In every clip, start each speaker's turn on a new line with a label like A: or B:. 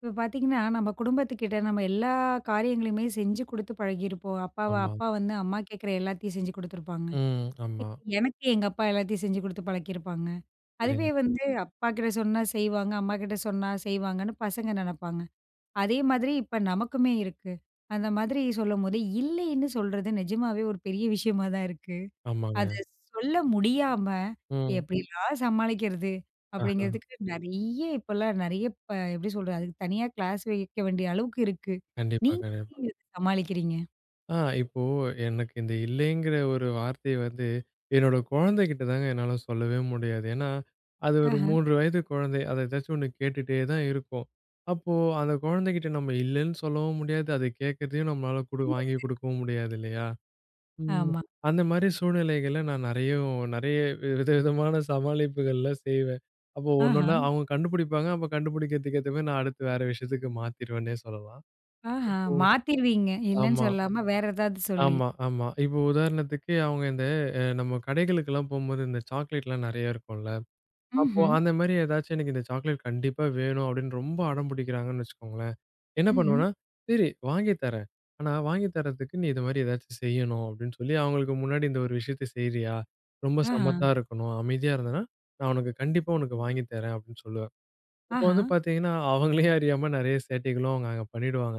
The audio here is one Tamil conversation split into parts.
A: இப்போ பார்த்தீங்கன்னா, நம்ம குடும்பத்துக்கிட்ட நம்ம எல்லா காரியங்களையுமே செஞ்சு குடுத்து பழகியிருப்போம். அப்பாவ
B: ஆமா.
A: அப்பா வந்து அம்மா கேட்குற எல்லாத்தையும் செஞ்சு குடுத்துருப்பாங்க.
B: ம். ஆமா.
A: இப்ப எனக்கு எங்க அப்பா எல்லாத்தையும் செஞ்சு குடுத்து பழக்கியிருப்பாங்க. அதுவே
B: சரிங்க.
A: வந்து அப்பாகிட்ட சொன்னா செய்வாங்க, அம்மாகிட்ட சொன்னா செய்வாங்கன்னு பசங்க நெனப்பாங்க. அதே மாதிரி இப்ப நமக்குமே இருக்கு. அந்த மாதிரி சொல்லும்போது, இல்லைன்னு சொல்றது நிஜமாவே ஒரு பெரிய விஷயமா தான் இருக்கு.
B: ஆமாங்க.
A: அத சொல்ல முடியாம,
B: ம்.
A: எப்படிலாம் சமாளிக்கிறது?
B: ஆஹா.
A: அப்படிங்கிறதுக்கு நெறைய இப்பலாம் நெறைய எப்படி சொல்றது? அதுக்கு தனியா கிளாஸ் வைக்க வேண்டிய அளவுக்கு இருக்கு.
B: கண்டிப்பா,
A: நீங்க
B: கண்டிப்பா.
A: எப்படி அத சமாளிக்கிறீங்க?
B: இப்போ எனக்கு இந்த இல்லைங்கிற ஒரு வார்த்தைய வந்து என்னோட குழந்தைகிட்ட தாங்க என்னால சொல்லவே முடியாது. ஏன்னா, அது ஒரு
A: ஆஹா.
B: 3 வயது குழந்தை. அத ஏதாச்சும் ஒண்ணு கேட்டுட்டே தான் இருக்கும். அப்போ அந்த குழந்தைகிட்ட நம்ம இல்லன்னு சொல்லவும் முடியாது. அது கேட்கறதையும் நம்மளால குடு வாங்கி குடுக்கவும் முடியாது இல்லையா? ம்.
A: ஆமா.
B: அந்த மாரி சூழ்நிலைகள்ல நான் நெறையும் நெறைய வித விதமான சமாளிப்புகள்லாம் செய்வேன். அப்போ
A: ஆஹா.
B: ஒன்னொன்னா அவங்க கண்டுபிடிப்பாங்க. அப்ப கண்டுபிடிக்கிறதுக்கு ஏத்த மாரி நான் அடுத்து வேற விஷயத்துக்கு மாத்திருவேன்னே சொல்லலாம்.
A: ஆஹா.
B: இப்போ
A: மாத்திருவீங்க. இல்லன்னு
B: ஆமா,
A: சொல்லாம வேற ஏதாவது சொல்லி.
B: ஆமா, ஆமா. இப்போ உதாரணத்துக்கு அவங்க இந்த நம்ம கடைகளுக்கெல்லாம் போம்போது இந்த சாக்லேட்லாம் நெறைய இருக்கும்ல. அப்போ
A: ம்ஹ்ம்.
B: அந்த மாரி ஏதாச்சும் எனக்கு இந்த சாக்லேட் கண்டிப்பா வேணும் அப்படின்னு ரொம்ப அடம் பிடிக்கிறாங்கன்னு வச்சுக்கோங்களேன். என்ன
A: ம்ஹ்ம்.
B: பண்ணுவேன்னா, "சரி வாங்கி தரேன். ஆனா வாங்கி தர்றதுக்கு நீ இது மாரி ஏதாச்சும் செய்யணும்." அப்படின்னு சொல்லி அவங்களுக்கு முன்னாடி இந்த ஒரு விஷயத்த செய்றியா? ரொம்ப
A: ஆஹா.
B: சமத்தா இருக்கணும். அமைதியா இருந்தேன்னா, நான் உனக்கு கண்டிப்பா உனக்கு வாங்கி தரேன் அப்படின்னு சொல்லுவேன். அப்போ
A: ஆஹா.
B: வந்து பார்த்தீங்கன்னா, அவங்களே அறியாம நெறைய சேட்டைகளும் அவங்க அங்க பண்ணிடுவாங்க.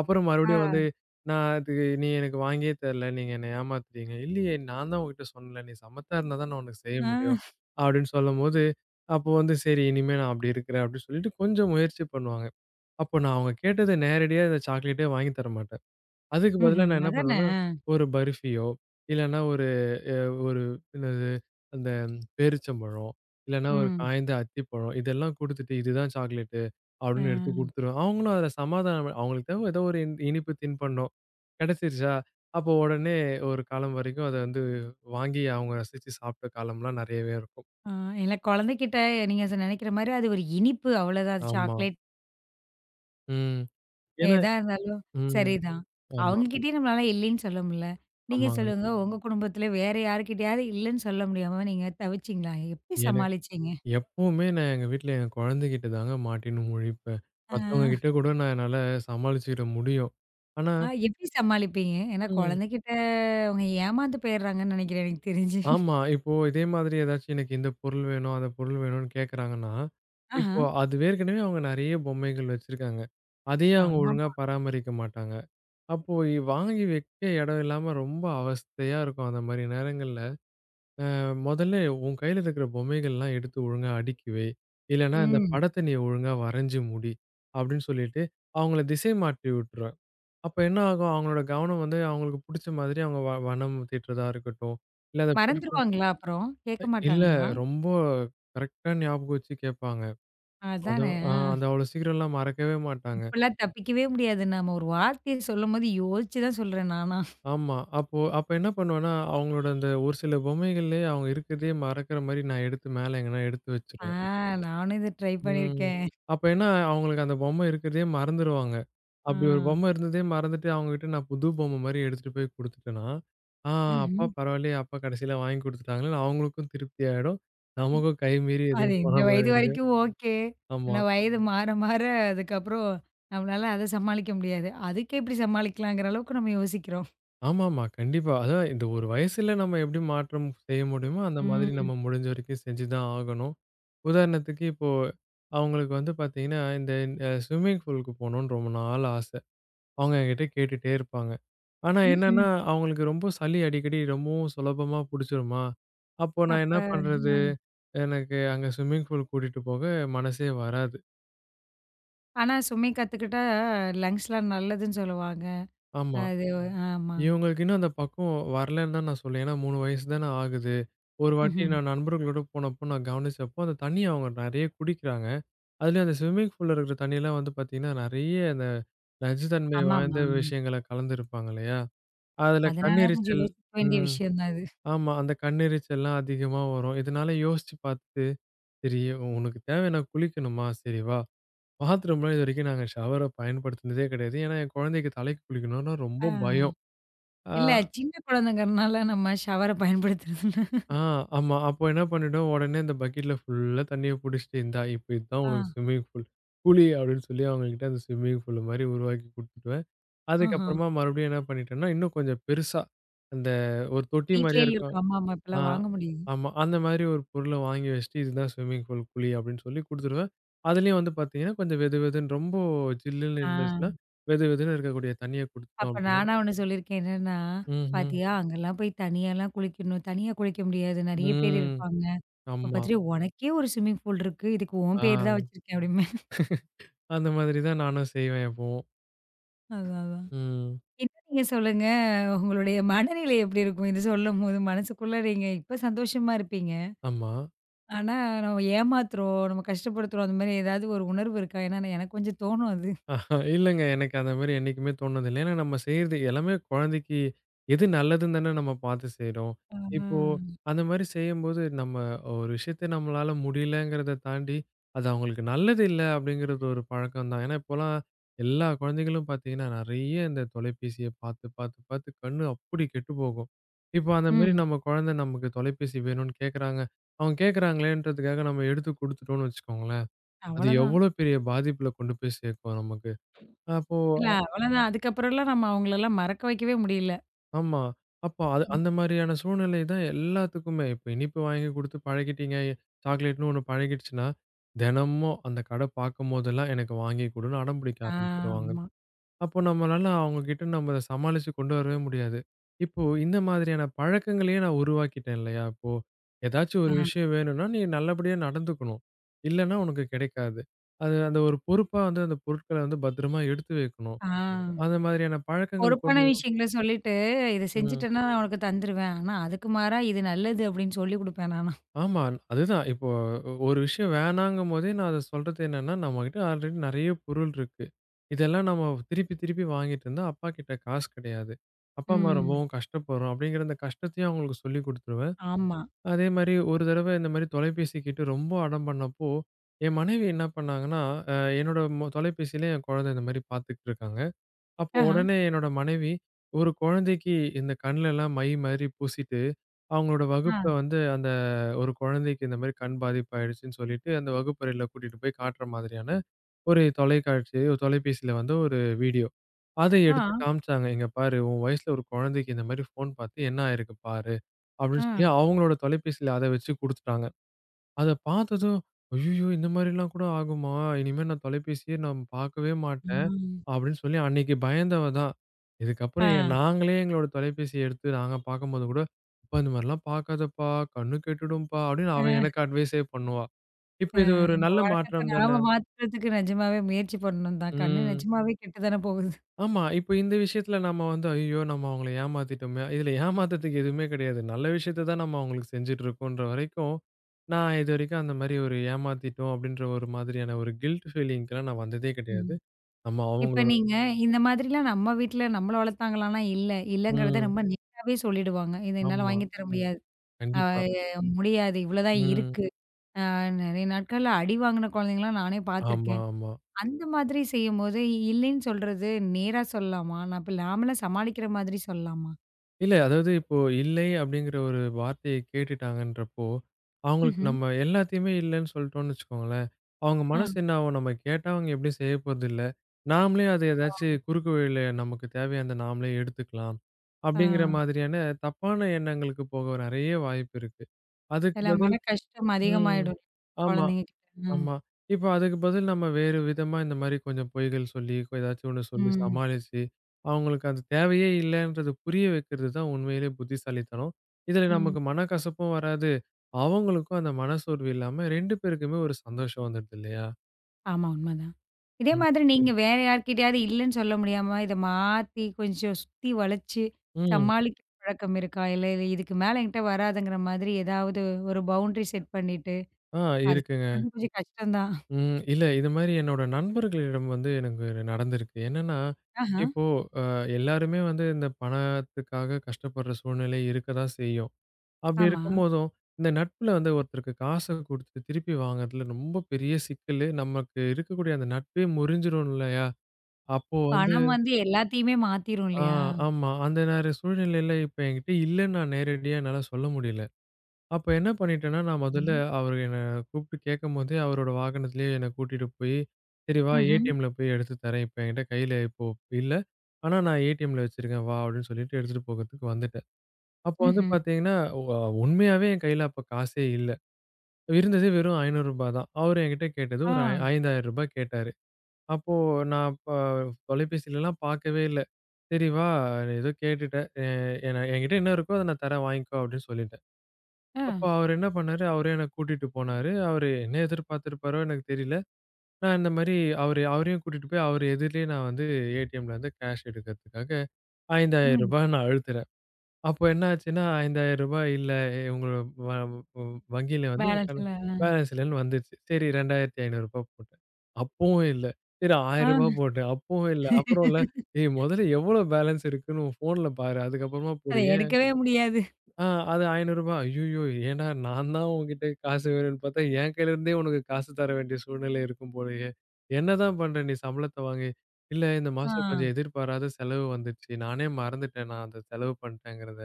B: அப்புறம்
A: ஆ.
B: மறுபடியும் வந்து, "நான் அது நீ எனக்கு வாங்கியே தரல. நீங்க என்ன ஏமாத்துறீங்க." "இல்லையே நான் தான் உன்கிட்ட சொன்னேன்ல. நீ சமத்தா இருந்தா தான் நான் உனக்கு செய்ய முடியும்."
A: ஆ.
B: அப்படின்னு சொல்லும்போது, அப்போ வந்து சரி இனிமே நான் அப்படி இருக்கிறேன் அப்படின்னு சொல்லிட்டு கொஞ்சம் முயற்சி பண்ணுவாங்க. அப்போ நான் அவங்க கேட்டது நேரடியா இந்த சாக்லேட்டே வாங்கி தர மாட்டேன். அதுக்கு பதிலா
A: ம்ஹ்ம்.
B: நான் என்ன
A: அதானே.
B: பண்ணுவேன்னா,
A: ஆ.
B: ஒரு பர்ஃபியோ, இல்லன்னா ஒரு அ ஒரு என்னது அந்த பேரிச்சம்பழம், இல்லன்னா ஒரு
A: ம்.
B: காய்ந்த அத்திப்பழம் இதெல்லாம் குடுத்துட்டு, "இதுதான் சாக்லேட்டு"
A: ஆ.
B: அப்படின்னு எடுத்து குடுத்துருவேன். அவங்களும் அதில சமாதானம் அவங்களுக்கு தேவ ஏதோ ஒரு இனிப்பு தின்பண்டம் கிடைச்சிருச்சா, அப்போ உடனே ஒரு காலம் வரைக்கும் அத வந்து வாங்கி அவங்க ரசிச்சு சாப்பிட்ட காலம்லாம் நெறையவே இருக்கும்.
A: ஆ. இல்ல குழந்தைகிட்ட நீங்க நெனைக்கிற மாரி அது ஒரு இனிப்பு அவ்வளோதான். அது
B: ஆமா.
A: சாக்லேட்
B: ம். ஏன்னா
A: எதா இருந்தாலும்
B: ம்.
A: சரிதான்.
B: ஆமா,
A: அவங்ககிட்டயும் நம்மளால இல்லைன்னு சொல்ல முடில. நீங்க
B: ஆமாங்க.
A: சொல்லுங்க, உங்க குடும்பத்தில வேற யார்கிட்டயாவது இல்லன்னு சொல்ல முடியாம நீங்க தவிச்சீங்களா? எப்படி
B: ஏன்னா
A: சமாளிச்சீங்க?
B: எப்பவுமே நான் எங்க வீட்ல என் குழந்தைகிட்ட தாங்க மாட்டின்னு முழிப்பேன்.
A: ஆ,
B: மத்தவங்க கிட்ட கூட நான் என்னால சமாளிச்சுக்கிட முடியும். ஆனா
A: ஆ எப்படி சமாளிப்பீங்க? ஏன்னா
B: ம்.
A: குழந்தைகிட்ட அவங்க ஏமாந்து போயிடுறாங்கன்னு நெனைக்கிறேன் எனக்கு தெரிஞ்சு.
B: ஆமா. இப்போ இதே மாதிரி ஏதாச்சும் எனக்கு இந்த பொருள் வேணும், அந்த பொருள் வேணும்னு கேட்கறாங்கன்னா,
A: ஆஹா.
B: இப்போ அது ஏற்கனவே அவங்க நெறைய பொம்மைகள் வச்சிருக்காங்க. அதையே அவங்க ஒழுங்கா
A: ஆமாமா.
B: பராமரிக்க மாட்டாங்க. அப்போ வாங்கி வைக்க இடம் இல்லாம ரொம்ப அவஸ்தையா இருக்கும் அந்த மாரி நேரங்கள்ல. முதல்ல உன் கையில இருக்கிற பொம்மைகள்லாம் எடுத்து ஒழுங்கா அடுக்கி வை. இல்லன்னா இந்த
A: ம்.
B: படத்த நீ ஒழுங்கா வரைஞ்சு முடி. அப்படின்னு சொல்லிட்டு அவங்கள திசை மாற்றி விட்டுருவேன். அப்ப என்ன ஆகும்? அவங்களோட கவனம் வந்து அவங்களுக்கு புடிச்ச மாதிரி அவங்க வனம் தீட்டுறதா இருக்கட்டும். இல்ல அந்த பொருட்கள்
A: மறந்துருவாங்களா அப்புறம்? கேட்க
B: இல்ல
A: மாட்டாங்களா?
B: ரொம்ப கரெக்ட்டா ஞாபகம் வச்சு கேட்பாங்க.
A: அதானே.
B: அதுவும்
A: ஆ.
B: அது அவ்வளோ சீக்கிரம்லாம் மறக்கவே மாட்டாங்க.
A: இப்பலாம் தப்பிக்கவே முடியாது. நாம ஒரு வார்த்தைய சொல்லும்போது யோசிச்சு தான் சொல்றேன் நானா.
B: ஆமா. அப்போ அப்ப என்ன பண்ணுவேன்னா, அவங்களோட அந்த ஒரு சில பொம்மைகள்லயே அவங்க இருக்கிறதையே மறக்கிற மாரி நான் எடுத்து மேல எங்கனா எடுத்து
A: ஆ
B: வச்சுருவேன்.
A: நானும் இத ட்ரை
B: ம்.
A: பண்ணியிருக்கேன்.
B: அப்ப என்ன அவங்களுக்கு அந்த பொம்மை இருக்கிறதையே மறந்துருவாங்க.
A: ஆ.
B: அப்படி ஒரு பொம்மை இருந்ததே மறந்துட்டு அவங்ககிட்ட நான் புது பொம்மை மாரி எடுத்துட்டு போய் குடுத்துட்டேன்னா, ஆ அப்பா
A: ம்ஹ்ம்.
B: பரவாயில்லையே! அப்பா கடைசியில வாங்கி குடுத்துட்டாங்கன்னு அவங்களுக்கும் திருப்தி ஆயிடும். நமக்கும் கை மீறி
A: அது
B: எதுவும்
A: இந்த
B: போன மாரி
A: வயது
B: இருக்கு.
A: வரைக்கும் ஓகே.
B: ஆமா.
A: ஆனா வயது மாற, மாற அதுக்கப்புறம் நம்மளால அத சமாளிக்க முடியாது. அதுக்கு எப்படி சமாளிக்கலாங்கிற அளவுக்கு நம்ம யோசிக்கிறோம்.
B: ஆமாமா. கண்டிப்பா. அதான் இந்த ஒரு வயசுல நம்ம எப்படி மாற்றம் செய்ய முடியுமோ, அந்த மாதிரி
A: ம்.
B: நம்ம முடிஞ்ச வரைக்கும் செஞ்சு தான் ஆகணும். உதாரணத்துக்கு இப்போ அவங்களுக்கு வந்து பார்த்தீங்கன்னா, இந்த ஸ்விம்மிங் பூலுக்கு போணும்னு ரொம்ப நாள் ஆசை. அவங்க என்கிட்ட கேட்டுட்டே இருப்பாங்க. ஆனா
A: ம்ஹ்ம்.
B: என்னன்னா, அவங்களுக்கு ரொம்ப சளி அடிக்கடி ரொம்பவும் சுலபமா புடிச்சுருமா, அப்போ நான்
A: அப்ப
B: என்ன பண்றது?
A: அ
B: எனக்கு அங்க ஸ்விம்மிங் பூல் கூட்டிட்டு போக மனசே வராது.
A: ஆனா சுமை கத்துக்கிட்டா லங்ஸ்லாம் நல்லதுன்னு சொல்லுவாங்க.
B: ஆமா.
A: அது ஆமா.
B: இவங்களுக்கு இன்னும் அந்த பக்குவம் வரலன்னு தான் நான் சொல்லுவேன். ஏன்னா 3 வயசு தானே ஆகுது. ஒரு வாட்டி
A: ம்ஹ்ம்.
B: நான் நண்பர்களோட போனப்போ நான் கவனிச்சப்போ, அந்த தண்ணிய அவங்க நெறைய குடிக்கிறாங்க. அதுலயும் அந்த ஸ்விம்மிங் பூல்ல இருக்கிற தண்ணிலாம் வந்து பார்த்தீங்கன்னா, நெறைய அந்த நச்சுத்தன்மை வாய்ந்த
A: ஆமாமா.
B: விஷயங்கள கலந்திருப்பாங்க இல்லையா? அதுல
A: அதனால கொஞ்சம்
B: கண்ணெரிச்சல்
A: யோசிக்க வேண்டிய
B: ம்.
A: விஷயம் தான் அது.
B: ஆமா. அந்த கண்ணெரிச்சல்லாம் அதிகமா வரும். இதனால யோசிச்சு பார்த்துட்டு, சரி உனக்கு தேவைன்னா குளிக்கணுமா? சரி வா. பாத்ரூம்லாம் இதுவரைக்கும் நாங்க ஷவர பயன்படுத்தினதே கிடையாது. ஏன்னா, என் குழந்தைக்கு தலைக்கு குளிக்கணும்னா
A: ஆ
B: ரொம்ப பயம். ஆ,
A: இல்ல சின்ன குழந்தைங்கிறனால நம்ம ஷவர பயன்படுத்துறதுல
B: ஆ ஆமா. அப்போ என்ன பண்ணிட்டோம், உடனே இந்த பக்கெட்ல ஃபுல்லா தண்ணிய புடிச்சுட்டு, இந்தா இப்ப இதுதான்
A: ஆ.
B: உனக்கு ஸ்விம்மிங் பூல். குளி அப்படின்னு சொல்லி அவங்ககிட்ட அந்த ஸ்விம்மிங் பூல் மாரி உருவாக்கி குடுத்துட்டுவேன்.
A: ஆஹா.
B: அதுக்கப்புறமா மறுபடியும் என்ன பண்ணிட்டேன்னா, இன்னும் கொஞ்சம் பெருசா அந்த ஒரு தொட்டி
A: வீட்லயே
B: மாரியே
A: இருக்கு.
B: இருக்கும்.
A: ஆமாமா.
B: ஆ,
A: இப்பலாம் வாங்க முடியுது.
B: ஆமா. அந்த மாரி ஒரு பொருள வாங்கி வச்சுட்டு, இதுதான் ஸ்விம்மிங் பூல் குழி அப்படின்னு சொல்லி குடுத்துருவேன். அதுலயும் வந்து பார்த்தீங்கன்னா, கொஞ்சம் வெது வெதுன்னு ரொம்ப ஜில்லுன்னு இருந்துச்சுன்னா,
A: ஆ.
B: வெது வெதுன்னு இருக்கக்கூடிய தண்ணீய குடுத்துட்டோம்
A: அப்ப
B: அப்படின்னா
A: நானா ஒண்ணு சொல்லியிருக்கேன். என்னன்னா,
B: ம்ஹ்ம்.
A: "பாத்தியா அங்கலாம் போய் தனியாலாம் குளிக்கணும். தனியா குளிக்க முடியாது. நெறைய பேர்
B: ம்.
A: இருப்பாங்க. இப்ப
B: ஆமா.
A: பாத்துட்டு உனக்கே ஒரு ஸ்விம்மிங் பூல் இருக்கு. இதுக்கு உன் பேர் தான்
B: ஆ.
A: வச்சிருக்கேன்" அப்படிம்பேன்.
B: அந்த மாதிரி தான் நானும் செய்வேன் எப்பவும்.
A: அதான், அதான்.
B: ம்.
A: இன்னும் நீங்க சொல்லுங்க. உங்களுடைய மனநிலை எப்படி இருக்கும்? இது சொல்லும்போது மனசுக்குள்ள நீங்க இப்ப சந்தோஷமா இருப்பீங்க.
B: ஆமா.
A: ஆனா நம்ம ஏமாத்துறோம், நம்ம கஷ்டப்படுத்துறோம். அந்த மாரி ஏதாவது ஒரு உணர்வு இருக்கா? ஏன்னா எனக்கு கொஞ்சம் தோணும் அது.
B: ஆஹா, இல்லங்க. எனக்கு அந்த மாரி என்னைக்குமே தோணுனதில்ல. ஏன்னா நம்ம செய்றது எல்லாமே குழந்தைக்கு எது நல்லதுன்னு தானே நம்ம பார்த்து செய்றோம்.
A: ஆ.
B: இப்போ அந்த மாரி செய்யும்போது, நம்ம ஒரு விஷயத்த நம்மளால முடியலங்கிறத தாண்டி, அது அவங்களுக்கு நல்லது இல்ல அப்படிங்கிறது ஒரு பழக்கம் தான். ஏன்னா இப்போலாம் எல்லா குழந்தைகளும் பார்த்தீங்கன்னா, நெறைய இந்த தொலைபேசிய பார்த்து, பார்த்து, பார்த்து கண்ணு அப்படி கெட்டு போகும். இப்போ அந்த மாரி
A: ம்.
B: நம்ம குழந்தை நமக்கு தொலைபேசி வேணும்னு கேட்கறாங்க. அவங்க கேட்கறாங்களேன்றதுக்காக நம்ம எடுத்து குடுத்துட்டோம்னு வச்சுக்கோங்களேன், அது
A: அவ்வளதான்.
B: எவ்வளோ பெரிய பாதிப்புல கொண்டு போய் சேர்க்கும் நமக்கு. அப்போ
A: இல்ல அவ்வளதான். அதுக்கப்புறம்லாம் நம்ம அவங்களலாம் மறக்க வைக்கவே முடியல.
B: ஆமா. அப்போ அது அந்த மாரியான சூழ்நிலை தான் எல்லாத்துக்குமே. இப்ப இனிப்பு வாங்கி குடுத்து பழகிட்டீங்க. சாக்லேட்ன்னு ஒண்ணு பழகிடுச்சுன்னா, தினமும் அந்த கட பார்க்கும்போதெல்லாம் எனக்கு வாங்கி குடுன்னு அடம் பிடிக்க
A: ஆ,
B: ஆரம்பிச்சுருவாங்க.
A: ஆமா.
B: அப்போ நம்மளால அவங்க கிட்ட நம்ம அத சமாளிச்சு கொண்டு வரவே முடியாது. இப்போ இந்த மாதிரியான பழக்கங்களையே நான் உருவாக்கிட்டேன் இல்லையா? இப்போ ஏதாச்சும் ஒரு
A: ஆ,
B: விஷயம் வேணும்னா, நீ நல்லபடியா நடந்துக்கணும். இல்லன்னா உனக்கு கிடைக்காது. அது அந்த ஒரு பொறுப்பா வந்து அந்த பொருட்கள வந்து பத்திரமா எடுத்து வைக்கணும்.
A: ஆ.
B: அந்த மாதிரியான பழக்கங்கள்
A: பொறுப்பான
B: கொண்டு
A: விஷயங்கள சொல்லிட்டு, "இத
B: ம்.
A: செஞ்சுட்டேன்னா நான் உனக்கு தந்துருவேன். ஆனா, அதுக்கு மாறா இது நல்லது" அப்படின்னு சொல்லிக் குடுப்பேன் நானா.
B: ஆமா. அதுதான். இப்போ ஒரு விஷயம் வேணாங்கும்போதே நான் அத சொல்றது என்னன்னா, நம்மகிட்ட ஆல்ரெடி நெறைய பொருள் இருக்கு. இதெல்லாம் நம்ம திருப்பி திருப்பி வாங்கிட்டு இருந்தா அப்பா கிட்ட காசு கிடையாது. அப்பா, அம்மா
A: ம்.
B: ரொம்பவும் கஷ்டப்படுறோம் அப்படிங்கிற அந்த கஷ்டத்தையும் அவங்களுக்கு சொல்லிக் குடுத்துருவேன்.
A: ஆமா.
B: அதே மாரி ஒரு தடவ இந்த மாரி தொலைபேசி கேட்டு ரொம்ப அடம் பண்ணப்போ, என் மனைவி என்ன பண்ணாங்கன்னா, அ என்னோட தொலைபேசியில என் குழந்தை இந்த மாரி பார்த்துட்டு இருக்காங்க. அப்போ
A: ஆஹா.
B: உடனே என்னோட மனைவி, ஒரு குழந்தைக்கு இந்த கண்லலாம் மை மாரி பூசிட்டு, அவங்களோட வகுப்புல
A: ஆ.
B: வந்து அந்த ஒரு குழந்தைக்கு இந்த மாரி கண் பாதிப்பு ஆயிடுச்சுன்னு சொல்லிட்டு, அந்த வகுப்பறையில கூட்டிட்டு போய் காட்டுற மாதிரியான ஒரு தொலைக்காட்சி ஒரு தொலைபேசியில வந்து ஒரு வீடியோ. அத
A: ஆ.
B: எடுத்து காமிச்சாங்க. "இங்க பாரு, உன் வயசுல ஒரு குழந்தைக்கு இந்த மாரி ஃபோன் பார்த்து என்ன ஆயிருக்கு பாரு"
A: ஆ.
B: அப்படின்னு சொல்லி அவங்களோட தொலைபேசியில அத வச்சு குடுத்துட்டாங்க. அத பார்த்ததும், "ஐய்யயோ! இந்த மாரிலாம் கூட ஆகுமா? இனிமே நான் தொலைபேசியே நான் பார்க்கவே மாட்டேன்."
A: ம்.
B: அப்படின்னு சொல்லி அன்னைக்கு பயந்தவ தான்.
A: ஆ.
B: இதுக்கப்புறம் நாங்களே எங்களோட தொலைபேசிய எடுத்து நாங்க பார்க்கும்போது கூட, "அப்பா இந்த மாரிலாம் பார்க்காதப்பா, கண்ணு கெட்டுடும்பா" அப்படின்னு அவ
A: அ.
B: எனக்கு அட்வைஸே பண்ணுவா. இப்ப
A: அ.
B: இது ஒரு நல்ல
A: வழக்கத்த
B: மாற்றம் தானே.
A: நாம மாத்துறதுக்கு நிஜமாவே முயற்சி பண்ணணும் தான். கண்ணு
B: ம்.
A: நிஜமாவே கெட்டு தானே போகுது.
B: ஆமா. இப்ப இந்த விஷயத்துல நம்ம வந்து, ஐயோ! நம்ம அவங்கள ஏமாத்திட்டோமே. இதுல ஏமாத்துறதுக்கு எதுவுமே கிடையாது. நல்ல விஷயத்த தான் நம்ம அவங்களுக்கு செஞ்சுட்டு இருக்கோன்ற வரைக்கும், நான் இதுவரைக்கும் அந்த மாரி ஒரு ஏமாத்திட்டோம் அப்படின்ற ஒரு மாதிரியான ஒரு கில்ட் ஃபீலிங்க்குலாம் நான் வந்ததே
A: ம்.
B: கிடையாது. நம்ம
A: இப்ப
B: அவங்களோட
A: நீங்க இந்த மாதிரிலாம் நம்ம வீட்ல நம்மள வளர்த்தாங்களான்னா, இல்ல. இல்லங்கிறத
B: ம்.
A: ரொம்ப நேராவே சொல்லிடுவாங்க. "இத என்னால
B: ஆமா.
A: வாங்கி தர முடியாது. அ
B: கண்டிப்பா.
A: முடியாது. இவ்வளோ தான்
B: ம்.
A: இருக்கு." நெறைய நாட்கள்ல அடி வாங்குன குழந்தைங்கலாம் நானே
B: ஆமா,
A: பார்த்துருக்கேன்.
B: ஆமா.
A: அந்த மாதிரி செய்யும்போது, இல்லைன்னு சொல்றது நேரா சொல்லலாமா? நான் இப்ப நாமலாம் சமாளிக்கிற மாதிரி சொல்லலாமா?
B: இல்ல அதாவது இப்போ இல்லை அப்படிங்கிற ஒரு வார்த்தைய கேட்டுட்டாங்கன்றப்போ, அவங்களுக்கு
A: ம்ஹ்ம்.
B: நம்ம எல்லாத்தையுமே இல்லன்னு சொல்லிட்டோம்னு வச்சுக்கோங்களேன், அவங்க
A: ஆ.
B: மனசு என்ன ஆகும்? நம்ம கேட்டா அவங்க எப்படியும் செய்ய போறதில்ல. நாமளே அது ஏதாச்சும் குறுக்கு வழியில நமக்கு தேவையானத நாமளே எடுத்துக்கலாம்.
A: ஆ.
B: அப்படிங்கிற மாதிரியான தப்பான எண்ணங்களுக்கு போக நெறைய வாய்ப்பு இருக்கு. அதுக்கு
A: சில மன
B: பதில்
A: கஷ்டம்
B: ம்.
A: அதிகமாயிடும்
B: ஆமா.
A: குழந்தைங்க கிட்ட. ம்.
B: ஆமா. இப்ப அதுக்கு பதில் நம்ம வேறு விதமா இந்த மாரி கொஞ்சம் பொய்கள் சொல்லி, ஏதாச்சும் ஒண்ணு சொல்லி
A: ம்.
B: சமாளிச்சு, அவங்களுக்கு அது தேவையே இல்லன்றது புரிய வைக்கிறது தான் உண்மையிலே புத்திசாலித்தனம். இதுல
A: ம்.
B: நமக்கு மனக்கசப்பும் வராது. அவங்களுக்கும் அந்த மனசோர்வு இல்லாம 2 பேருக்குமே ஒரு சந்தோஷம் வந்துடுது இல்லையா?
A: ஆமா, உண்மதான். இதே
B: ம்.
A: மாதிரி நீங்க வேற யார்கிட்டயாவது இல்லன்னு சொல்ல முடியாம, இத மாத்தி கொஞ்சம் சுத்தி வளைச்சு
B: ம்.
A: சமாளிக்கிற பழக்கம் இருக்கா? இல்ல இல்ல இதுக்கு மேல என்கிட்ட வராதுங்கிற மாதிரி ஏதாவது ஒரு பவுண்டரி செட் பண்ணிட்டு,
B: ஆ
A: அது செட்
B: இருக்குங்க.
A: பண்றது கொஞ்சம் கஷ்டம் தான்.
B: ம். இல்ல இது மாரி என்னோட நண்பர்களிடம் வந்து எனக்கு நடந்திருக்கு. என்னன்னா,
A: ஆஹா.
B: இப்போ அ எல்லாருமே வந்து இந்த பணத்துக்காக கஷ்டப்படுற சூழ்நிலை இருக்க தான் செய்யும். அப்படி
A: ஆமா.
B: இருக்கும்போதும், இந்த நட்புல வந்து ஒருத்தருக்கு காச குடுத்து திருப்பி வாங்குறதுல ரொம்ப பெரிய சிக்கலு. நமக்கு இருக்கக்கூடிய அந்த நட்பே முறிஞ்சிரும் இல்லையா? அப்போ வந்து
A: பணம் வந்து எல்லாத்தையுமே மாத்திரும்
B: ஆ
A: இல்லையா?
B: ஆமா. அந்த நேர சூழ்நிலையில இப்ப என்கிட்ட இல்லன்னு நான் நேரடியா என்னால சொல்ல முடியல. அப்ப என்ன பண்ணிட்டேன்னா, நான் முதல்ல
A: சரி.
B: அவரு என்ன கூப்பிட்டு கேட்கும்போதே அவரோட வாகனத்திலேயே என்ன கூட்டிட்டு போய், "சரி வா
A: ம்ஹ்ம்.
B: ஏடிஎம்ல போய் எடுத்து தரேன். இப்ப என்கிட்ட கையில இப்போ இல்ல. ஆனா நான் ஏடிஎம்ல வச்சிருக்கேன் வா" அப்படின்னு சொல்லிட்டு எடுத்துட்டு போகறதுக்கு வந்துட்டேன். அப்போ வந்து
A: ம்ஹ்ம்.
B: பார்த்தீங்கன்னா, ஒ உண்மையாவே என் கையில அப்ப காசே இல்ல. இருந்தது வெறும் ரூ. 500 தான். அவரு என்கிட்ட கேட்டது
A: ஆ,
B: ஒரு ரூ. 5,000 கேட்டாரு. அப்போ நான் தொலைபேசிலலாம் பார்க்கவே இல்ல. "சரி வா, நீ ஏதோ கேட்டுட்ட. என என்கிட்ட என்ன இருக்கோ அத நான் தரேன் வாங்கிக்கோ" அப்படின்னு சொல்லிட்டேன்.
A: ஆ.
B: அப்போ அவரு என்ன பண்ணாரு, அவரே என்ன கூட்டிட்டு போனாரு. அவரு என்ன எதிர்பார்த்திருப்பாரோ எனக்கு தெரியல. நான் இந்த மாரி அவரு அவரையும் கூட்டிட்டு போய் அவரு எதிர்லயே நான் வந்து ஏடிஎம்ல வந்து கேஷ் எடுக்கிறதுக்காக ரூ.
A: ம்.
B: 5,000 நான் அழுத்துறேன். அப்போ என்ன ஆச்சுன்னா, ரூ. 5,000 இல்ல உங்களோட வ வ வங்கியில வந்து
A: பேலன்ஸ் இல்ல. ஆ.
B: பேலன்ஸ் இல்லன்னு வந்துச்சு. சரி ரூ. 2,500 போட்டேன். அப்பவும் இல்ல. சரி ரூ. 1,000
A: ஆ.
B: போட்டேன். அப்பவும் இல்ல. அப்புறம் இல்ல ஏய் முதல்ல எவ்வளோ பேலன்ஸ் இருக்குன்னு உன் ஃபோன்ல பாரு. அதுக்கப்புறமா
A: அத
B: போடு. ஏன்?
A: எடுக்கவே முடியாது.
B: ஆ அது ரூ. 500 ஐய்யயோ! ஏன்டா நான் தான் உன்கிட்ட காசு வேணும்னு பார்த்தா, என் கையில இருந்தே உனக்கு காசு தர வேண்டிய சூழ்நிலை இருக்கும் போலயே! என்னதான் பண்ற நீ சம்பளத்த வாங்கி? இல்ல இந்த
A: ஆ,
B: மாசம் கொஞ்சம் எதிர்பாராத செலவு வந்துருச்சு. நானே மறந்துட்டேன் நான் அந்த செலவு பண்ணிட்டேங்கிறத.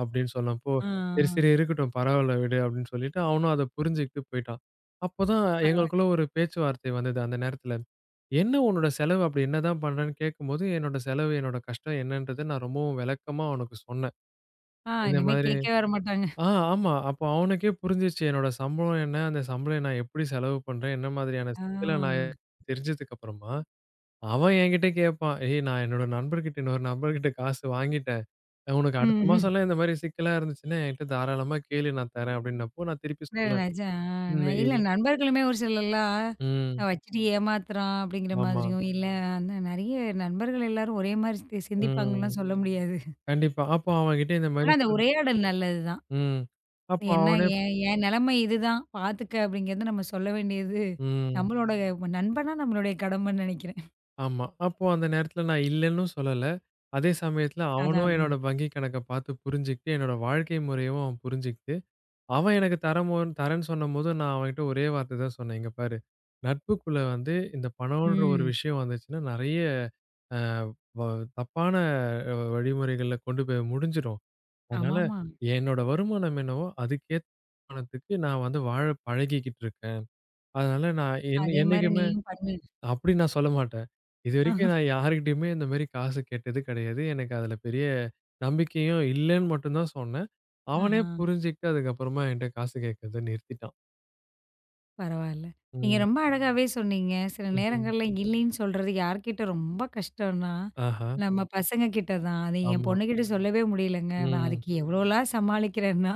B: அப்படின்னு சொன்னப்போ,
A: ஆ,
B: "சரி, சரி
A: ஆ.
B: இருக்கட்டும் பரவால்ல விடு" அப்படின்னு சொல்லிட்டு அவனும் அத புரிஞ்சுகிட்டு போயிட்டான். அப்பதான்
A: பரவால்ல.
B: எங்களுக்குள்ள ஒரு பேச்சுவார்த்தை வந்தது அந்த நேரத்துல. "என்ன உன்னோட செலவு அப்படி என்னதான் பண்றேன்னு?" கேட்கும்போது, என்னோட செலவு, என்னோட கஷ்டம் என்னன்றத நான் ரொம்பவும் விளக்கமா அவனுக்கு சொன்னேன்.
A: ஆ
B: இந்த
A: இனிமே
B: மாதிரி
A: கேட்கவே வரமாட்டாங்க.
B: ஆ ஆமா. அப்போ அவனுக்கே புரிஞ்சுச்சு என்னோட சம்பளம் என்ன, அந்த சம்பளம் நான் எப்படி செலவு பண்றேன், என்ன மாதிரியான சிக்கல நான்
A: ஆ.
B: தெரிஞ்சதுக்கு அப்புறமா அவன் என்கிட்ட கேட்பான். "ஏய் நான் என்னோட நண்பர்கிட்ட இன்னொரு நண்பர்கிட்ட காசு வாங்கிட்டேன். உனக்கு அடுத்த
A: ம்ஹ்ம்.
B: மாசம்லாம் இந்த மாரி சிக்கலா இருந்துச்சுன்னா, என்கிட்ட தாராளமா கேளு நான் தரேன்" அப்படின்னப்போ நான் திருப்பி
A: இல்ல
B: சொன்னேன்.
A: நெஜம். ஆ
B: ம்.
A: நான் இல்ல நண்பர்களுமே ஒரு சிலர்லாம்
B: ம்.
A: நான் வச்சுட்டு ஏமாத்துறான் அப்படிங்கிற
B: ஆமா.
A: மாதிரியும், இல்ல அந்த நெறைய நண்பர்கள் எல்லாரும் ஒரே மாரி
B: ம்.
A: சிந்திப்பாங்கன்னுலாம் சொல்ல முடியாது.
B: கண்டிப்பா. அப்போ அவன்கிட்ட இந்த
A: ஆனா
B: மாரி
A: அந்த உரையாடல் நல்லது தான்.
B: ம். அப்போ
A: என்ன
B: அவனே
A: என் என் நிலைமை இதுதான் பார்த்துக்க அப்படிங்கிறது நம்ம சொல்ல வேண்டியது
B: ம்.
A: நம்மளோட நண்பனா நம்மளுடைய கடமைன்னு நினைக்கிறேன்.
B: ஆமா. அப்போ அந்த நேரத்துல நான் இல்லன்னும் சொல்லல. அதே சமயத்துல அவனும்
A: அதான் அதான்.
B: என்னோட வங்கி கணக்க பார்த்து புரிஞ்சுகிட்டு, என்னோட வாழ்க்கை முறையவும் அவன் புரிஞ்சுகிட்டு அவன் எனக்கு தரமோன் தரேன்னு சொன்னம்போது, நான் அவன்கிட்ட ஒரே வார்த்தை தான் சொன்னேன். "இங்க பாரு, நட்புக்குள்ள வந்து இந்த பணம்ன்ற ஒரு
A: ம்.
B: விஷயம் வந்துச்சுன்னா, நெறைய அ வ தப்பான வழிமுறைகள்ல கொண்டு போய் முடிஞ்சிரும். அதனால
A: ஆமாமா.
B: என்னோட வருமானம் என்னவோ, அதுக்கேத்த பணத்துக்கு நான் வந்து வாழ பழகிக்கிட்டு இருக்கேன். அதனால நான்
A: அதே மாரி
B: என்னைக்குமே
A: நீயும் பண்ணு.
B: அப்படி நான் சொல்ல மாட்டேன். இதுவரைக்கும் நான் யார்கிட்டயுமே இந்த மாரி காசு கேட்டது கிடையாது. எனக்கு அதுல பெரிய நம்பிக்கையும் இல்லன்னு மட்டும் தான் சொன்னேன். அவனே
A: ஆஹா.
B: புரிஞ்சுகிட்டு அதுக்கப்புறமா என்ட்ட காசு கேட்கிறத நிறுத்திட்டான்.
A: பரவால்ல. நீங்க
B: ம்.
A: ரொம்ப அழகாவே சொன்னீங்க. சில
B: ம்ஹ்ம்.
A: நேரங்கள்ல இல்லைன்னு சொல்றது யார்கிட்ட ரொம்ப கஷ்டம்னா,
B: ஆஹா.
A: நம்ம பசங்க கிட்ட தான். அது என்
B: ஆமா.
A: பொண்ணுகிட்ட சொல்லவே முடியலங்க. நான்
B: ம்.
A: அதுக்கு எவ்வளோலாம் சமாளிக்கிறேன்னா,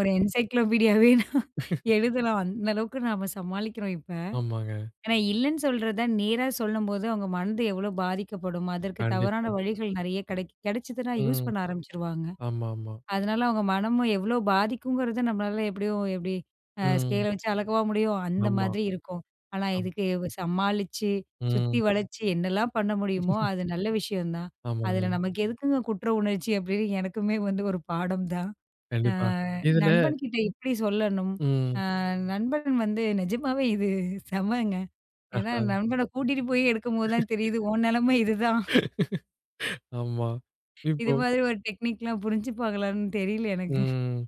A: ஒரு என்சைக்ளோபீடியாவே நான் எழுதலாம். அந்த அளவுக்கு நாம சமாளிக்கிறோம் இப்ப.
B: ஆமாங்க.
A: ஏன்னா இல்லன்னு சொல்றத நேரா சொல்லும்போது, அவங்க மனது எவ்ளோ பாதிக்கப்படும். அதற்கு தவறான
B: கண்டிப்பா.
A: வழிகள் நெறைய கிடைச்சதுன்னா யூஸ்
B: ம்.
A: பண்ண ஆரம்பிச்சுருவாங்க.
B: ஆமாமா.
A: அதனால அவங்க மனமும் எவ்ளோ பாதிக்குங்கிறத நம்மளால எப்படியும் எப்படி
B: ம்.
A: ஸ்கேல வச்சு அளக்கவா முடியும்? அந்த
B: ஆமா.
A: மாதிரி இருக்கும். ஆனா
B: ஆமா.
A: இதுக்கு சமாளிச்சு, சுத்தி
B: ம்.
A: வளைச்சு என்னலாம் பண்ண முடியுமோ, அது நல்ல விஷயம் தான். அதுல
B: ஆமாங்க.
A: நமக்கு எதுக்குங்க குற்ற உணர்ச்சி அப்படின்னு எனக்குமே வந்து ஒரு பாடம் தான். அ
B: கண்டிப்பா. இதுல
A: நண்பன்கிட்ட எப்படி சொல்லணும்? அ
B: ம்.
A: நண்பன் வந்து நிஜமாவே இது செமங்க.
B: ஆஹா.
A: அதான் நண்பன கூட்டிட்டு போய் எடுக்கும்போது தான் தெரியுது, உன் நெலைமை இதுதான்.
B: ஆமா.
A: இது
B: இப்போ
A: மாதிரி ஒரு டெக்னிக்லாம் புரிஞ்சுப்பாங்களான்னு தெரியல எனக்கு.
B: ம்.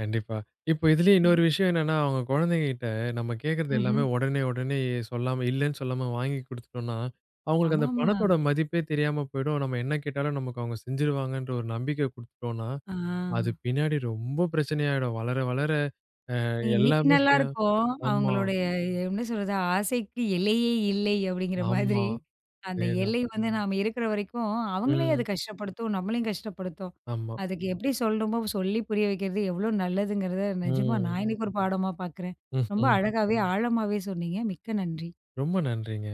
B: கண்டிப்பா. இப்போ இதுலயே
A: ம்.
B: இன்னொரு விஷயம் என்னன்னா, அவங்க குழந்தைங்ககிட்ட நம்ம கேட்கறது
A: ம்ஹ்ம்.
B: எல்லாமே உடனே, உடனே சொல்லாம இல்லன்னு சொல்லாம வாங்கி குடுத்துட்டோம்னா, அவங்களுக்கு அந்த
A: ஆமாமா.
B: பணத்தோட மதிப்பே தெரியாம போயிடும். நம்ம என்ன கேட்டாலும் நமக்கு அவங்க செஞ்சுருவாங்கன்ற ஒரு நம்பிக்கை குடுத்துட்டோம்னா,
A: ஆ.
B: அது பின்னாடி ரொம்ப பிரச்சனையாயிடும். வளர, வளர
A: இன்னைக்கு
B: எல்லாமே செய்ய
A: நல்லாருக்கும்.
B: ஆமா,
A: அவங்களுடைய என்ன சொல்றது, ஆசைக்கு எல்லையே இல்லை அப்படிங்கிற
B: ஆமா.
A: மாதிரி. அந்த
B: அதேதான்.
A: எல்லை வந்து நாம இருக்கிற வரைக்கும், அவங்களையும் அது
B: ம்.
A: கஷ்டப்படுத்தும், நம்மளையும் கஷ்டப்படுத்தும்.
B: ஆமா.
A: அதுக்கு எப்படி சொல்லணுமோ சொல்லி புரிய வைக்கிறது எவ்வளோ நல்லதுங்கிறத நிஜமா
B: ம்.
A: நான் இன்னைக்கு ஒரு பாடமா பார்க்குறேன். ரொம்ப
B: ம்ஹ்ம்.
A: அழகாவே, ஆழமாவே சொன்னீங்க. மிக்க நன்றி.
B: ரொம்ப நன்றிங்க.